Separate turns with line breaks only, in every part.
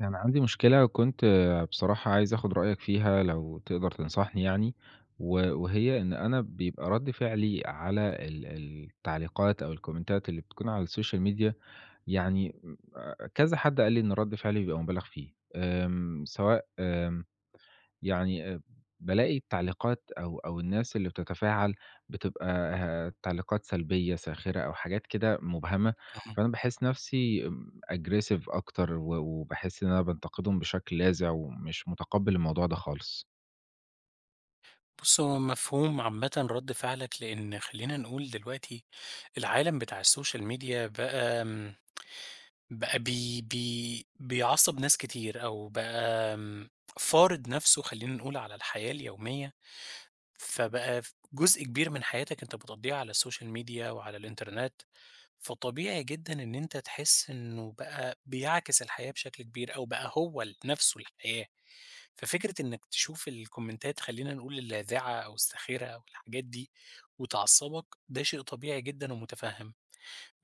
يعني عندي مشكلة، كنت بصراحة عايز آخد رأيك فيها لو تقدر تنصحني يعني، و وهي إن أنا بيبقى رَد فعلي على ال التعليقات أو الكومنتات اللي بتكون على السوشيال ميديا. يعني كذا حد قال لي إن رَد فعلي بيبقى مُبالغ فيه، سواء يعني بالاقي التعليقات أو الناس اللي بتتفاعل بتبقى تعليقات سلبية ساخرة أو حاجات كده مبهمة.
اهم.
فأنا باحس نفسي aggressive أكتر و وباحس إن أنا بانتقدهم بشكل لاذع ومش متقبّل الموضوع ده خالص.
بُص، هو مفهوم عامةً رد فعلك، لإن خلّينا نقول دلوقتي العالم بتاع السوشيال ميديا بقى، بقى بي بيعصّب ناس كتير أو بقى، فارض نَفْسه خلّينا نقول على الحياة اليومية فبقى جزء كبير من حياتك أنت بتقضّيها على السوشيال ميديا وعلى الإنترنت، فطبيعي جدًا إن أنت تحس إنه بقى بيعكس الحياة بشكل كبير أو بقى هو نَفْسه الحياة. ففكرة إنّك تشوف الكومنتات خلّينا نقول اللاذعة أو الساخرة أو الحاجات دي وتعصّبك، ده شيء طبيعي جدًا ومُتفهِّم.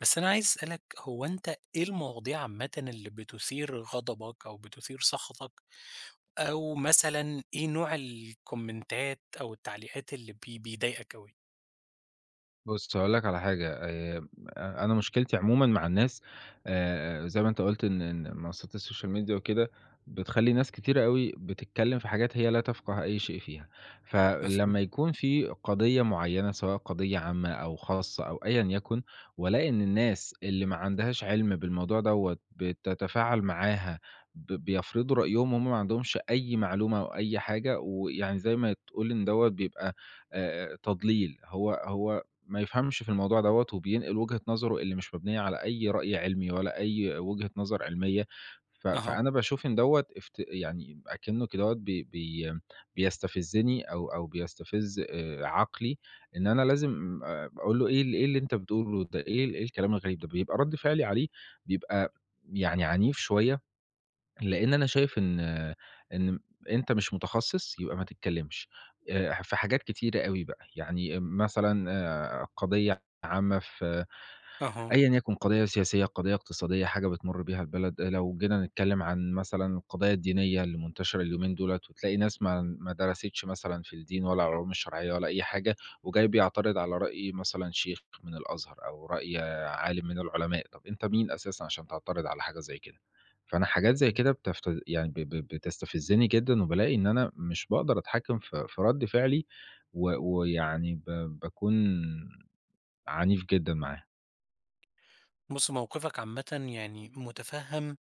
بس أنا عايز أسألك هو أنت إيه المواضيع عامةً اللي بتثير غضبك أو بتثير سخطك أو مثلًا إيه نوع الكومنتات أو التعليقات اللي بيضايقك أوي؟
بُص، هاقول لك على حاجة. أنا مشكلتي عمومًا مع الناس، زي ما أنت قُلت إن منصات السوشيال ميديا وكده بتخلّي ناس كتيرة أوي بتتكلّم في حاجات هي لا تفقه أي شيء فيها.
مفهوم.
فلمّا يكون في قضية معيّنة، سواء قضية عامة أو خاصة أو أيًا يكن، والاقي إن الناس اللي ما عندهاش علم بالموضوع دوّة بتتفاعل معاها، بيفرضوا رأيهم وهُم ما عندهمش أي معلومة أو أي حاجة. ويعني زي ما تقول إن دوّة بيبقى تضليل. هو ما يفهمش في الموضوع دوّة، وبينقل وجهة نظره اللي مش مبنية على أي رأي علمي ولا أي وجهة نظر علمية.
أها،
فأنا باشوف إن دوّة افت يعني أكنّه كدهوّة بي بي بيستفزني أو بيستفز عقلي، إن أنا لازم أقول له إيه إيه اللي أنت بتقوله ده، إيه إيه الكلام الغريب ده. بيبقى رَد فعلي عليه بيبقى يعني عنيف شوية. لإن أنا شايف إن أنت مش متخصص، يبقى ما تتكلّمش. في حاجات كتيرة أوي بقى، يعني مثلًا قضية عامة،
أها،
أيًا يكن قضية سياسية، قضية اقتصادية، حاجة بتمُر بيها البلد. لو جينا نتكلّم عن مثلًا القضايا الدينية اللي منتشرة اليومين دُولة، وتلاقي ناس ما درستش مثلًا في الدين ولا العلوم الشرعية ولا أي حاجة، وجاي بيعترض على رأي مثلًا شيخ من الأزهر أو رأي عالم من العلماء. طَب أنت مين أساسًا عشان تعترض على حاجة زي كده؟ فأنا حاجات زي
فاهمك.
كده بتفت يعني ب ب بتستفزّني جدًا، وبالاقي إن أنا مش باقدر أتحكّم في رَد فعلي و ويعني باكون عنيف جدًا معاها.
بُص، موقفك عامةً يعني مُتفهم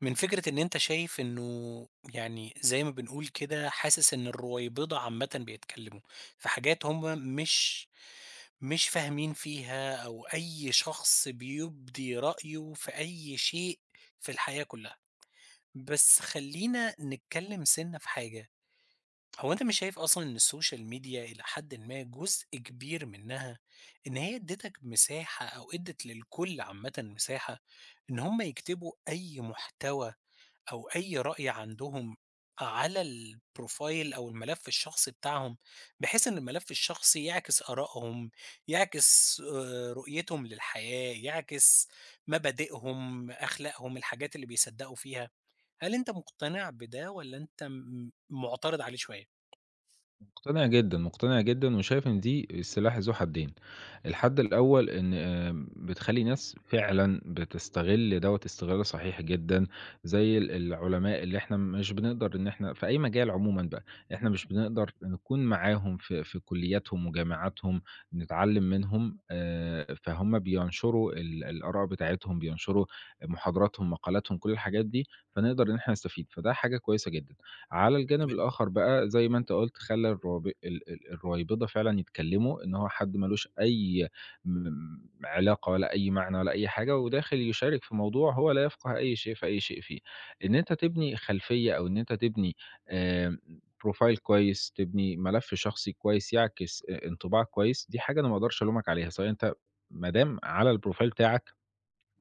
من فكرة إن أنت شايف إنه، يعني زي ما بنقول كده، حاسس إن الرويبضة عامةً بيتكلموا في حاجات هم مش فاهمين فيها، أو أي شخص بيُبدي رأيه في أي شيء في الحياة كلها. بس خلّينا نتكلم سِنّة في حاجة. هو أنت مش شايف أصلًا إن السوشيال ميديا إلى حدٍ ما جزء كبير منها، إن هي ادّتك مساحة أو ادّت للكل عامةً مساحة إن هم يكتبوا أي محتوى أو أي رأي عندهم على الprofile أو الملف الشخصي بتاعهم، بحيث إن الملف الشخصي يعكس آرائهم، يعكس رؤيتهم للحياة، يعكس مبادئهم، أخلاقهم، الحاجات اللي بيصدّقوا فيها. هل أنت مقتنع بده والّا أنت معترض عليه شوية؟
مقتنع جدًا، مقتنع جدًا، وشايف إن دي سلاح ذو حدين. الحد الأول إن، بتخلّي ناس فعلًا بتستغل دوّة استغلال صحيح جدًا، زي العلماء اللي إحنا مش بنقدر إن إحنا في أي مجال عمومًا بقى. إحنا مش بنقدر نكون معاهم في كلياتهم وجامعاتهم، نتعلم منهم، فهُم بينشروا الآراء بتاعتهم، بينشروا محاضراتهم، مقالاتهم، كل الحاجات دي، فنقدر إن إحنا نستفيد، فده حاجة كويسة جدًا. على الجانب
تمام،
الآخر بقى، زي ما أنت قُلت، خلّى الرواب، ال ال الرويبضة، فعلًا يتكلّموا. إن هو حد ما لوش أي م علاقة ولا أي معنى ولا أي حاجة، وداخل يشارك في موضوع هو لا يفقه أي شيء في أي شيء فيه. إن أنت تبني خلفية، أو إن أنت تبني آمم profile كويس، تبني ملف شخصي كويس يعكس انطباع كويس، دي حاجة أنا ما أقدرش ألومك عليها. سواء أنت، ما دام على الprofile بتاعك،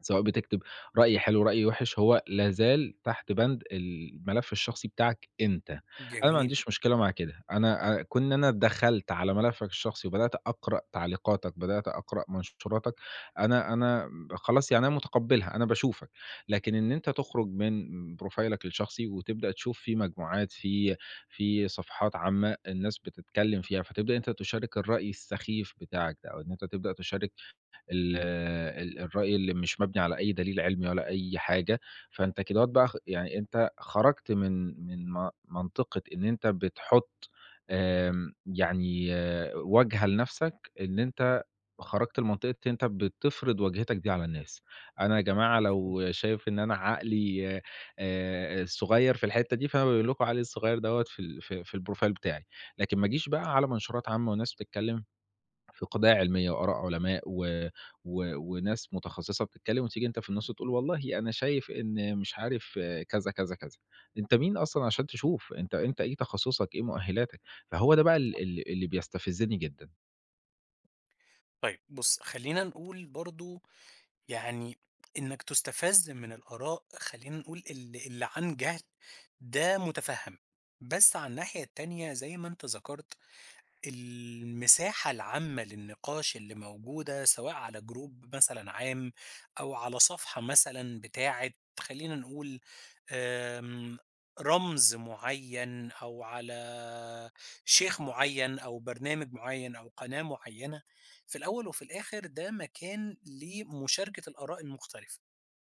سواء بتكتب رأي حلو، رأي وِحِش، هو لا زال تحت بند الملف الشخصي بتاعك أنت. أنا ما
جميل.
عنديش مشكلة مع كده. أنا كون إن أنا اتدخّلت على ملفك الشخصي وبدأت أقرأ تعليقاتك، بدأت أقرأ منشوراتك، أنا خلاص يعني أنا متقبّلها، أنا باشوفك. لكن إن أنت تخرج من بروفايلك الشخصي وتبدأ تشوف في مجموعات، في صفحات عامة الناس بتتكلّم فيها، فتبدأ أنت تشارك الرأي السخيف بتاعك ده، أو إن أنت تبدأ تشارك ال ال الرأي اللي مش مبني على أي دليل علمي ولا أي حاجة. فأنت كدهوّة بقى، يعني أنت خرجت من من م منطقة إن أنت بتحُط، يعني آه، واجهة لنَفْسك، إن أنت خرجت لمنطقة إن أنت بتفرض واجهتك دي على الناس. أنا يا جماعة لو شايف إن أنا عقلي صغير في الحتّة دي، فأنا باقول لكم عقلي الصغير دوّة في ال في في الprofile بتاعي. لكن ما أجيش بقى على منشورات عامة وناس بتتكلّم في قضايا علمية وآراء علماء، و و وناس متخصصة بتتكلم، وتيجي أنت في النُص تقول: والله أنا شايف إن مش عارف آه، كذا، كذا، كذا. أنت مين أصلًا عشان تشوف؟ أنت إيه تخصصك؟ إيه مؤهلاتك؟ فهو ده بقى ال ال اللي بيستفزني جدًا.
طيب بُص، خلّينا نقول برضه يعني إنّك تُستفَز من الآراء خلّينا نقول اللي عن جهل، ده مُتفهَّم. بس على الناحية التانية زي ما أنت ذكرت، المساحة العامة للنقاش اللي موجودة سواء على جروب مثلًا عام أو على صفحة مثلًا بتاعة خلّينا نقول، آمم، رمز معيّن أو على شيخ معيّن أو برنامج معيّن أو قناة معيّنة، في الأول وفي الآخر ده مكان لمشاركة الآراء المختلفة،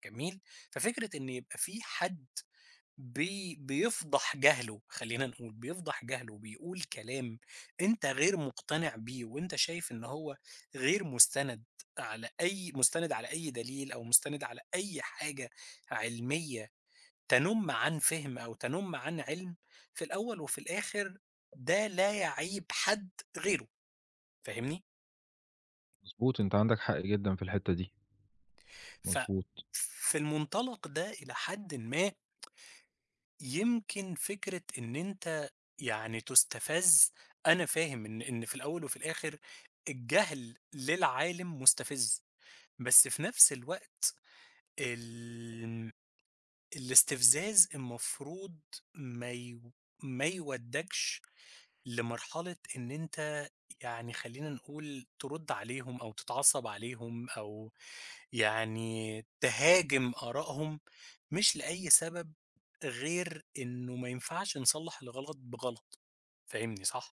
جميل؟ ففكرة إن يبقى في حد بيفضح جهله، خلّينا نقول، بيفضح جهله، بيقول كلام أنت غير مقتنع بيه وأنت شايف إن هو غير مُستَند على أي مُستَند، على أي دليل أو مُستَند على أي حاجة علمية تَنُم عن فِهْم أو تَنُم عن عِلم، في الأول وفي الآخر ده لا يعيب حد غيره، فاهمني؟
مضبوط، أنت عندك حق جدًا في الحتة دي،
ف
مضبوط.
في المنطلق ده إلى حدٍ ما يمكن فكرة إن أنت يعني تُستفَز، أنا فاهم إن في الأول وفي الآخر الجهل للعالم مُستفِز، بس في نفس الوقت الم الاستفزاز المفروض ما يو ما يودّكش لمرحلة إن أنت يعني خلّينا نقول ترُد عليهم أو تتعصّب عليهم أو يعني تهاجم آرائهم، مش لأي سبب غير إنه ما ينفعش نصلّح الغلط بغلط، فاهمني صح؟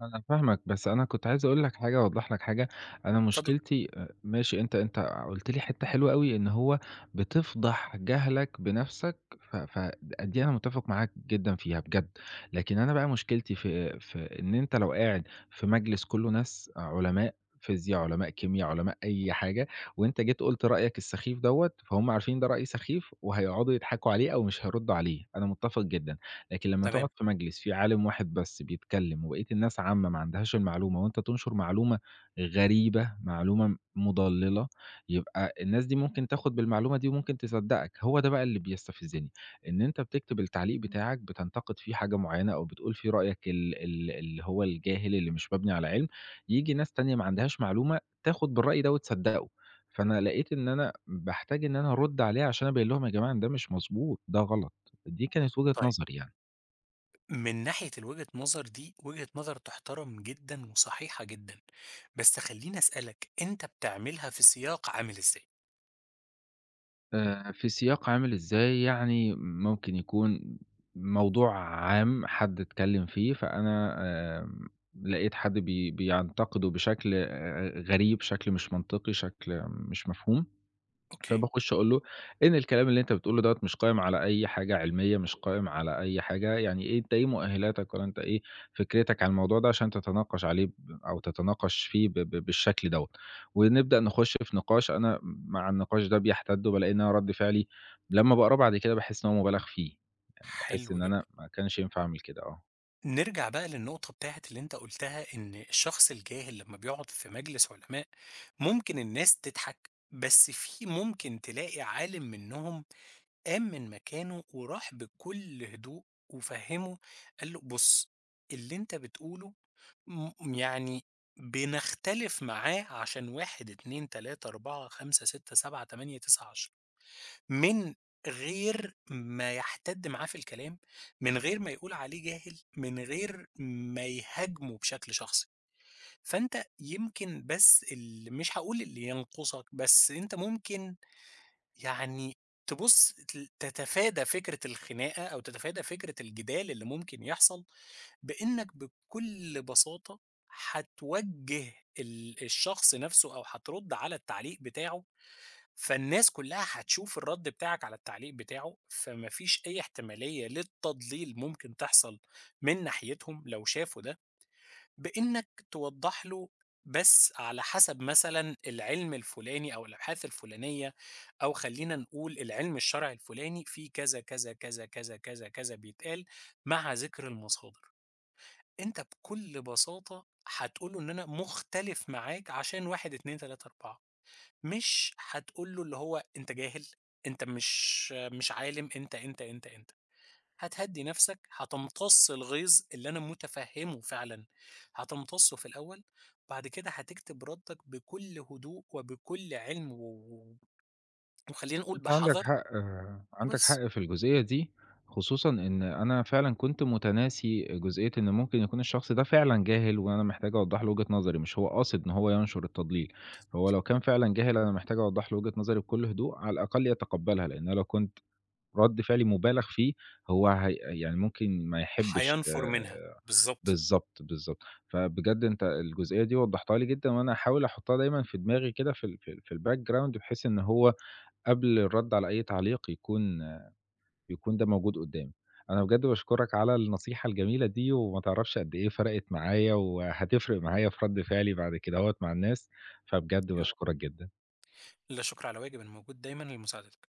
أنا فاهمك، بس أنا كنت عايز أقول لك حاجة، أوضّح لك حاجة. أنا
اتفضل.
مشكلتي، ماشي، أنت، قُلت لي حتّة حلوة أوي، إن هو بتفضح جهلك بنَفْسك، ف ف د دي أنا متّفق معاك جدًا فيها بجد. لكن أنا بقى مشكلتي في إن أنت لو قاعد في مجلس كُلّه ناس علماء فيزياء، علماء كيميا، علماء أي حاجة، وأنت جيت قُلت رأيك السخيف دوّة، فهُم عارفين ده رأي سخيف وهيقعدوا يضحكوا عليه أو مش هيردّوا عليه، أنا متّفق جدًا. لكن لمّا تقعد
تمام،
في مجلس فيه عالم واحد بس بيتكلم، وبقية الناس عامة ما عندهاش المعلومة، وأنت تنشر معلومة غريبة، معلومة مضللة، يبقى الناس دي ممكن تاخد بالمعلومة دي وممكن تصدقك. هو ده بقى اللي بيستفزني، إن أنت بتكتب التعليق بتاعك بتنتقد فيه حاجة معينة، أو بتقول فيه رأيك ال ال اللي هو الجاهل، اللي مش مبني على علم، ييجي ناس تانية ما عندهاش معلومة تاخد بالرأي ده وتصدقه. فأنا لقيت إن أنا باحتاج إن أنا أرد عليه عشان أبين لهم: يا جماعة، إن ده مش مضبوط، ده غلط. دي كانت وجهة
طيب
نظري يعني.
من ناحية الوجهة نظر دي، وجهة نظر تُحترم جدًا وصحيحة جدًا، بس خلّيني أسألك أنت بتعملها في سياق عامل إزاي؟
في سياق عامل إزاي؟ يعني ممكن يكون موضوع عام حد اتكلّم فيه، فأنا آمم لقيت حد بينتقده بشكل غريب، شكل مش منطقي، شكل مش مفهوم.
أوكي،
فباخش أقول له: "إن الكلام اللي أنت بتقوله دوّة مش قايم على أي حاجة علمية، مش قايم على أي حاجة. يعني إيه؟ أنت إيه مؤهلاتك؟ والّا أنت إيه فكرتك عن الموضوع ده عشان تتناقش عليه، أو تتناقش فيه ب ب بالشكل دوّة؟" ونبدأ نخش في نقاش، أنا مع النقاش ده بيحتد، وبالاقي إن أنا رد فعلي لمّا باقراه بعد كده باحس إن هو مُبالغ فيه. يعني باحس
حلو
إن أنا
جدًا.
ما كانش ينفع أعمل كده، آه.
نرجع بقى للنقطة بتاعة اللي أنت قُلتها، إن الشخص الجاهل لمّا بيقعد في مجلس علماء، ممكن الناس تضحك، بس في ممكن تلاقي عالِم منّهم قام من مكانه وراح بكل هدوء وفهّمه، قال له: "بُص، اللي أنت بتقوله يعني بنختلف معاه عشان 1، 2، 3، 4، 5، 6، 7، 8، 9، 10." من غير ما يحتد معاه في الكلام، من غير ما يقول عليه جاهل، من غير ما يهاجمه بشكل شخصي. فأنت يمكن بس، مش هاقول اللي ينقصك، بس أنت ممكن يعني تبُص تتفادى فكرة الخناقة أو تتفادى فكرة الجدال اللي ممكن يحصل، بإنك بكل بساطة هتوجّه الشخص نفسه أو هترُد على التعليق بتاعه، فالناس كلّها هتشوف الرَد بتاعك على التعليق بتاعه، فما فيش أي احتمالية للتضليل ممكن تحصل من ناحيتهم لو شافوا ده، بإنّك توضّح له بس على حسب مثلًا العلم الفلاني أو الأبحاث الفلانية أو خلّينا نقول العلم الشرعي الفلاني، فيه كذا، كذا، كذا، كذا، كذا، كذا بيتقال مع ذِكر المصادر. أنت بكل بساطة هتقول له إن أنا مختلف معاك عشان 1، 2، 3، 4. مش هتقول له اللي هو أنت جاهل، أنت مش عالم، أنت، أنت، أنت، أنت. هتهدّي نَفْسك، هتمتص الغيظ اللي أنا مُتفهِّمه فعلًا، هتمتصه في الأول، بعد كده هتكتب ردّك بكل هدوء وبكل علم و وخلّينا نقول
أنت عندك
بحَذَر
حق، عندك
وبس.
حق في الجزئية دي، خصوصًا إن أنا فعلًا كنت متناسي جزئية إن ممكن يكون الشخص ده فعلًا جاهل، وأنا محتاج أوضّح له وجهة نظري، مش هو قاصد إن هو ينشر التضليل. هو لو كان فعلًا جاهل، أنا محتاج أوضّح له وجهة نظري بكل هدوء على الأقل يتقبّلها، لإن أنا لو كنت رَد فعلي مُبالغ فيه، هو هي يعني ممكن ما يحبّش
هينفُر منها. بالضبط.
بالضبط، بالضبط. فبجد أنت الجزئية دي وضّحتها لي جدًا، وأنا هاحاول أحُطّها دايمًا في دماغي كده في الbackground، بحيث إن هو قبل الرد على أي تعليق يكون، ده موجود قدّامي. أنا بجد باشكرك على النصيحة الجميلة دي، وما تعرفش قد إيه فرقت معايا، وهتفرق معايا في رد فعلي بعد كدهوّة مع الناس، فبجد
يا رب.
باشكرك جدًا.
لا شُكر على واجب، أنا موجود دايمًا لمساعدتك.